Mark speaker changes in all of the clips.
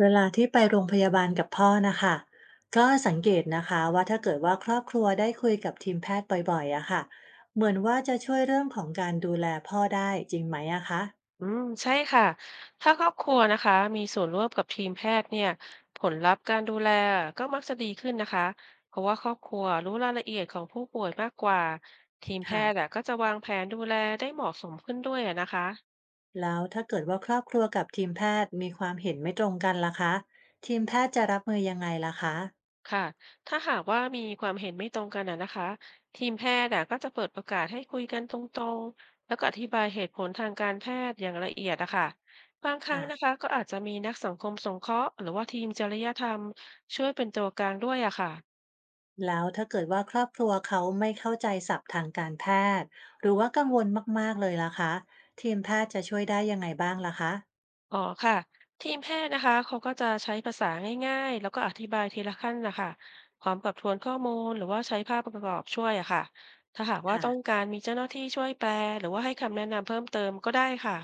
Speaker 1: เวลาที่ไปโรงพยาบาลกับพ่อนะคะก็สังเกตนะคะว่าถ้าเกิดว่าครอบครัวได้คุยกับทีมแพทย์บ่อยๆอะค่ะเหมือนว่าจะช่วยเรื่องของการดูแลพ่อได้จริงไหมอะคะ
Speaker 2: อืมใช่ค่ะ ถ้าครอบครัวนะคะมีส่วนร่วมกับทีมแพทย์เนี่ยผลลัพธ์การดูแลก็มักจะดีขึ้นนะคะ เพราะว่าครอบครัวรู้รายละเอียดของผู้ป่วยมากกว่าทีมแพ
Speaker 1: ค่ะ
Speaker 2: ทย์อะก็จะวางแผนดูแลได้เหมาะสมขึ้นด้วยอะนะคะ
Speaker 1: แล้วถ้าเกิดว่าครอบครัวกับทีมแพทย์มีความเห็นไม่ตรงกันล่ะคะทีมแพทย์จะรับมือยังไงล่ะคะ
Speaker 2: ค่ะถ้าหากว่ามีความเห็นไม่ตรงกันนะคะทีมแพทย์น่ะก็จะเปิดโอกาสให้คุยกันตรงๆแล้วก็อธิบายเหตุผลทางการแพทย์อย่างละเอียดอะค่ะบางครั้งนะ
Speaker 1: ค่ะ
Speaker 2: คะก็อาจจะมีนักสังคมสงเคราะห์หรือว่าทีมจริยธรรมช่วยเป็นตัวกลางด้วยอะค่ะ
Speaker 1: แล้วถ้าเกิดว่าครอบครัวเขาไม่เข้าใจศัพท์ทางการแพทย์หรือว่ากังวลมากๆเลยล่ะคะทีมแพทย์จะช่วยได้ยังไงบ้างล่ะคะ
Speaker 2: อ๋อค่ะทีมแพทย์นะคะเขาก็จะใช้ภาษาง่ายๆแล้วก็อธิบายทีละขั้นนะคะพร้อมกับทวนข้อมูลหรือว่าใช้ภาพประกอบช่วยอะค่ะถ้าหากว่า
Speaker 1: ค่ะ
Speaker 2: ต้องการมีเจ้าหน้าที่ช่วยแปลหรือว่าให้คำแนะนำเพิ่มเติมก็ได้ค่ะ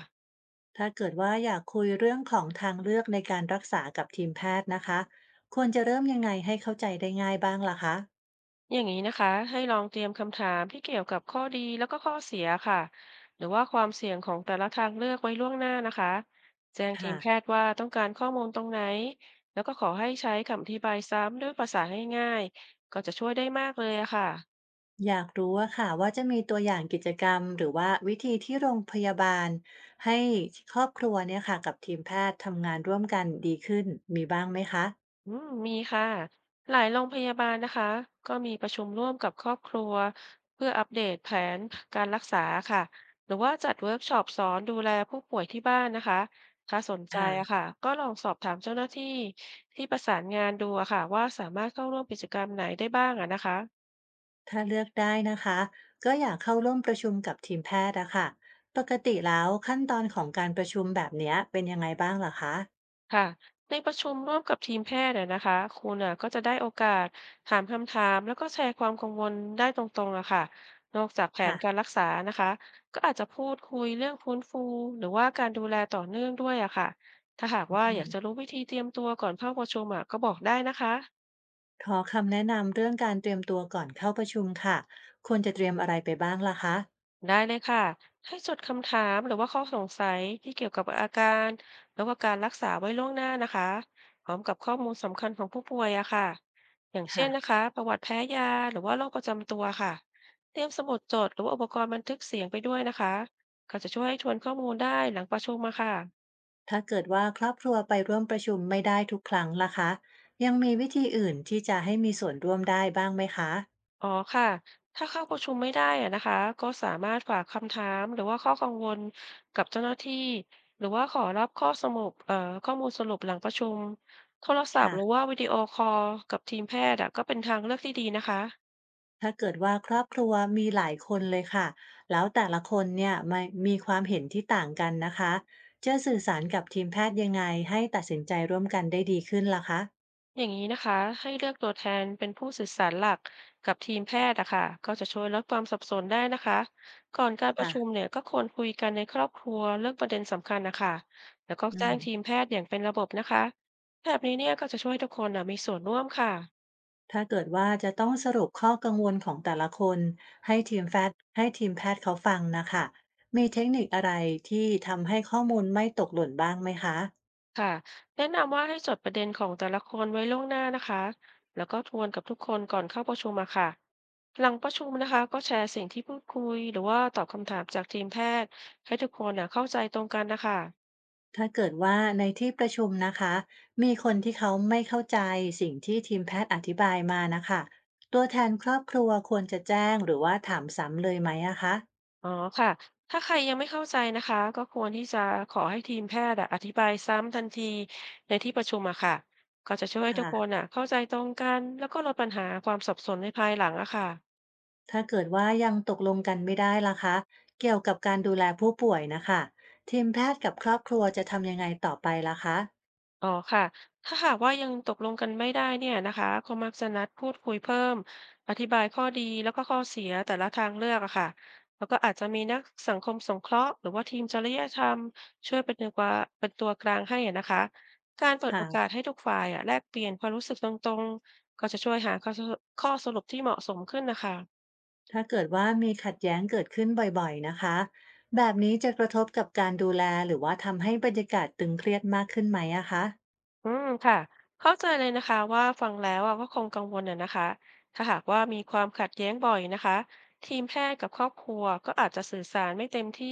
Speaker 1: ถ้าเกิดว่าอยากคุยเรื่องของทางเลือกในการรักษากับทีมแพทย์นะคะควรจะเริ่มยังไงให้เข้าใจได้ง่ายบ้างล่ะคะ
Speaker 2: อย่างนี้นะคะให้ลองเตรียมคำถามที่เกี่ยวกับข้อดีแล้วก็ข้อเสียค่ะหรือว่าความเสี่ยงของแต่ละทางเลือกไว้ล่วงหน้านะคะแจ้งทีม
Speaker 1: ค่ะ
Speaker 2: แพทย์ว่าต้องการข้อมูลตรงไหนแล้วก็ขอให้ใช้คำอธิบายซ้ำด้วยภาษาง่ายๆก็จะช่วยได้มากเลยอะค่ะ
Speaker 1: อยากรู้อค่ะว่าจะมีตัวอย่างกิจกรรมหรือว่าวิธีที่โรงพยาบาลให้ครอบครัวเนี่ยค่ะกับทีมแพทย์ทำงานร่วมกันดีขึ้นมีบ้างไหมคะ
Speaker 2: อืมมีค่ะหลายโรงพยาบาลนะคะก็มีประชุมร่วมกับครอบครัวเพื่ออัปเดตแผนการรักษาค่ะหรือว่าจัดเวิร์กช็อปสอนดูแลผู้ป่วยที่บ้านนะคะถ้าสนใจ
Speaker 1: ค่ะ
Speaker 2: อะค่ะก็ลองสอบถามเจ้าหน้าที่ที่ประสานงานดูอะค่ะว่าสามารถเข้าร่วมกิจกรรมไหนได้บ้างอะนะคะ
Speaker 1: ถ้าเลือกได้นะคะก็อยากเข้าร่วมประชุมกับทีมแพทย์อะค่ะปกติแล้วขั้นตอนของการประชุมแบบเนี้ยเป็นยังไงบ้างล่ะคะ
Speaker 2: ค่ะในประชุมร่วมกับทีมแพทย์อะนะคะคุณอะก็จะได้โอกาสถามคำถามแล้วก็แชร์ความกังวลได้ตรงๆอะค่ะนอกจากแผน
Speaker 1: ค่ะ
Speaker 2: การรักษานะคะก็อาจจะพูดคุยเรื่องฟื้นฟูหรือว่าการดูแลต่อเนื่องด้วยอะค่ะถ้าหาก
Speaker 1: อื
Speaker 2: ว่าอยาก
Speaker 1: ม
Speaker 2: จะรู้วิธีเตรียมตัวก่อนเข้าประชุมอะก็บอกได้นะคะ
Speaker 1: ขอคำแนะนำเรื่องการเตรียมตัวก่อนเข้าประชุมค่ะควรจะเตรียมอะไรไปบ้างล่ะคะ
Speaker 2: ได้เลยค่ะให้จดคำถามหรือว่าข้อสงสัยที่เกี่ยวกับอาการแล้วก็การรักษาไว้ล่วงหน้านะคะพร้อมกับข้อมูลสำคัญของผู้ป่วยอะค่ะอย่างเช่นนะ
Speaker 1: ค่ะ
Speaker 2: คะประวัติแพ้ยาหรือว่าโรคประจำตัวค่ะเตรียมสมุดจดหรือว่าอุปกรณ์บันทึกเสียงไปด้วยนะคะก็จะช่วยให้ทวนข้อมูลได้หลังประชุมมาค่ะ
Speaker 1: ถ้าเกิดว่าครอบครัวไปร่วมประชุมไม่ได้ทุกครั้งล่ะคะยังมีวิธีอื่นที่จะให้มีส่วนร่วมได้บ้างไหมคะ
Speaker 2: อ๋อค่ะ ถ้าเข้าประชุมไม่ได้อะนะคะก็สามารถฝากคำถามหรือว่าข้อกังวลกับเจ้าหน้าที่หรือว่าขอรับข้อสรุปข้อมูลสรุปหลังประชุมโทรศัพท์หรือว่า
Speaker 1: ค่ะ
Speaker 2: วิดีโอคอลกับทีมแพทย์อะก็เป็นทางเลือกที่ดีนะคะ
Speaker 1: ถ้าเกิดว่าครอบครัวมีหลายคนเลยค่ะแล้วแต่ละคนเนี่ยไม่มีความเห็นที่ต่างกันนะคะจะสื่อสารกับทีมแพทย์ยังไงให้ตัดสินใจร่วมกันได้ดีขึ้นล่ะคะ
Speaker 2: อย่างนี้นะคะให้เลือกตัวแทนเป็นผู้สื่อสารหลักกับทีมแพทย์อะค่ะก็จะช่วยลดความสับสนได้นะคะก่อนการประ
Speaker 1: ค่ะ
Speaker 2: ชุมเนี่ยก็ควรคุยกันในครอบครัวเรื่องประเด็นสำคัญนะคะแล้วก็
Speaker 1: อื
Speaker 2: แจ้ง
Speaker 1: ม
Speaker 2: ทีมแพทย์อย่างเป็นระบบนะคะแบบนี้เนี่ยก็จะช่วยทุกคนอะมีส่วนร่วมค่ะ
Speaker 1: ถ้าเกิดว่าจะต้องสรุปข้อกังวลของแต่ละคนให้ทีมแพทย์เขาฟังนะคะมีเทคนิคอะไรที่ทำให้ข้อมูลไม่ตกหล่นบ้างไหมคะ
Speaker 2: ค่ะแนะนำว่าให้จดประเด็นของแต่ละคนไว้ล่วงหน้านะคะแล้วก็ทวนกับทุกคนก่อนเข้าประชุมอะค่ะหลังประชุมนะคะก็แชร์สิ่งที่พูดคุยหรือว่าตอบคำถามจากทีมแพทย์ให้ทุกคนนะเข้าใจตรงกันนะคะ
Speaker 1: ถ้าเกิดว่าในที่ประชุมนะคะมีคนที่เขาไม่เข้าใจสิ่งที่ทีมแพทย์อธิบายมานะคะตัวแทนครอบครัวควรจะแจ้งหรือว่าถามซ้ำเลยไหมอะคะ
Speaker 2: อ๋อค่ะ ถ้าใครยังไม่เข้าใจนะคะก็ควรที่จะขอให้ทีมแพทย์อะอธิบายซ้ำทันทีในที่ประชุมอะค่ะก็จะช่วยให้ทุก
Speaker 1: ค่ะ
Speaker 2: คนอะเข้าใจตรงกันแล้วก็ลดปัญหาความสับสนในภายหลังอะค่ะ
Speaker 1: ถ้าเกิดว่ายังตกลงกันไม่ได้ล่ะคะเกี่ยวกับการดูแลผู้ป่วยนะคะทีมแพทย์กับครอบครัวจะทำยังไงต่อไปล่ะคะ
Speaker 2: อ๋อค่ะถ้าหากว่ายังตกลงกันไม่ได้เนี่ยนะคะก็มักจะนัดพูดคุยเพิ่ม อธิบายข้อดีแล้วก็ข้อเสียแต่ละทางเลือกอะค่ะแล้วก็อาจจะมีนักสังคมสงเคราะห์หรือว่าทีมจริยธรรมช่วยเป็นตัวกลางเป็นตัวกลางให้อะนะคะการเปิดโอกาส
Speaker 1: ค่ะ
Speaker 2: ให้ทุกฝ่ายอะแลกเปลี่ยนความรู้สึกตรงๆ ก็จะช่วยหาข้อสรุปที่เหมาะสมขึ้นนะคะ
Speaker 1: ถ้าเกิดว่ามีขัดแย้งเกิดขึ้นบ่อยๆนะคะแบบนี้จะกระทบกับการดูแลหรือว่าทำให้บรรยากาศตึงเครียดมากขึ้นไหมอะคะ
Speaker 2: อืมค่ะเข้าใจเลยนะคะว่าฟังแล้วอ่ะก็คงกังวลน่ะนะคะถ้าหากว่ามีความขัดแย้งบ่อยนะคะทีมแพทย์กับครอบครัวก็อาจจะสื่อสารไม่เต็มที่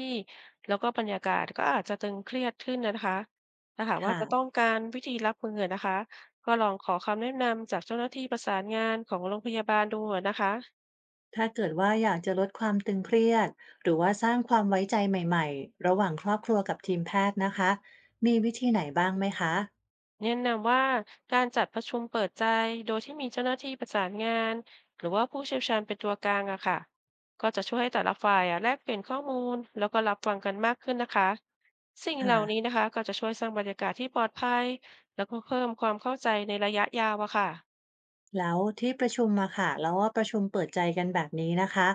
Speaker 2: แล้วก็บรรยากาศก็อาจจะตึงเครียดขึ้นนะคะถ้าหากว่า
Speaker 1: ค่ะ
Speaker 2: จะต้องการวิธีรับมือนะคะก็ลองขอคำแนะนำจากเจ้าหน้าที่ประสานงานของโรงพยาบาลดูนะคะ
Speaker 1: ถ้าเกิดว่าอยากจะลดความตึงเครียดหรือว่าสร้างความไว้ใจใหม่ๆระหว่างครอบครัวกับทีมแพทย์นะคะมีวิธีไหนบ้างไหมคะ
Speaker 2: แนะนำว่าการจัดประชุมเปิดใจโดยที่มีเจ้าหน้าที่ประสานงานหรือว่าผู้เชี่ยวชาญเป็นตัวกลางอะค่ะก็จะช่วยให้แต่ละฝ่ายอะแลกเปลี่ยนข้อมูลแล้วก็รับฟังกันมากขึ้นนะคะสิ่งเหล่านี้
Speaker 1: ค่ะ
Speaker 2: นะคะก็จะช่วยสร้างบรรยากาศที่ปลอดภัยแล้วก็เพิ่มความเข้าใจในระยะยาวอะค่ะ
Speaker 1: แล้วที่ประชุมอะค่ะแล้วว่าประชุมเปิดใจกันแบบนี้นะคะ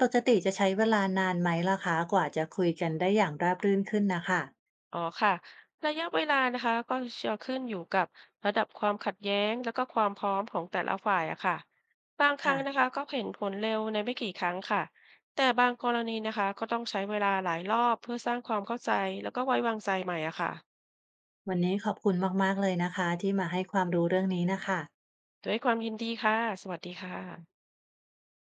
Speaker 1: ปกติจะใช้เวลานานไหมล่ะคะกว่าจะคุยกันได้อย่างราบรื่นขึ้นนะคะ
Speaker 2: อ๋อค่ะระยะเวลานะคะก็จะขึ้นอยู่กับระดับความขัดแย้งแล้วก็ความพร้อมของแต่ละฝ่ายอะค่ะบางครั้
Speaker 1: ค่ะ
Speaker 2: งนะคะก็เห็นผลเร็วในไม่กี่ครั้งค่ะแต่บางกรณีนะคะก็ต้องใช้เวลาหลายรอบเพื่อสร้างความเข้าใจแล้วก็ไว้วางใจใหม่อะค่ะ
Speaker 1: วันนี้ขอบคุณมากๆเลยนะคะที่มาให้ความรู้เรื่องนี้น่ะค่ะ
Speaker 2: ด้วยความยินดีค่ะสวัสดีค่ะ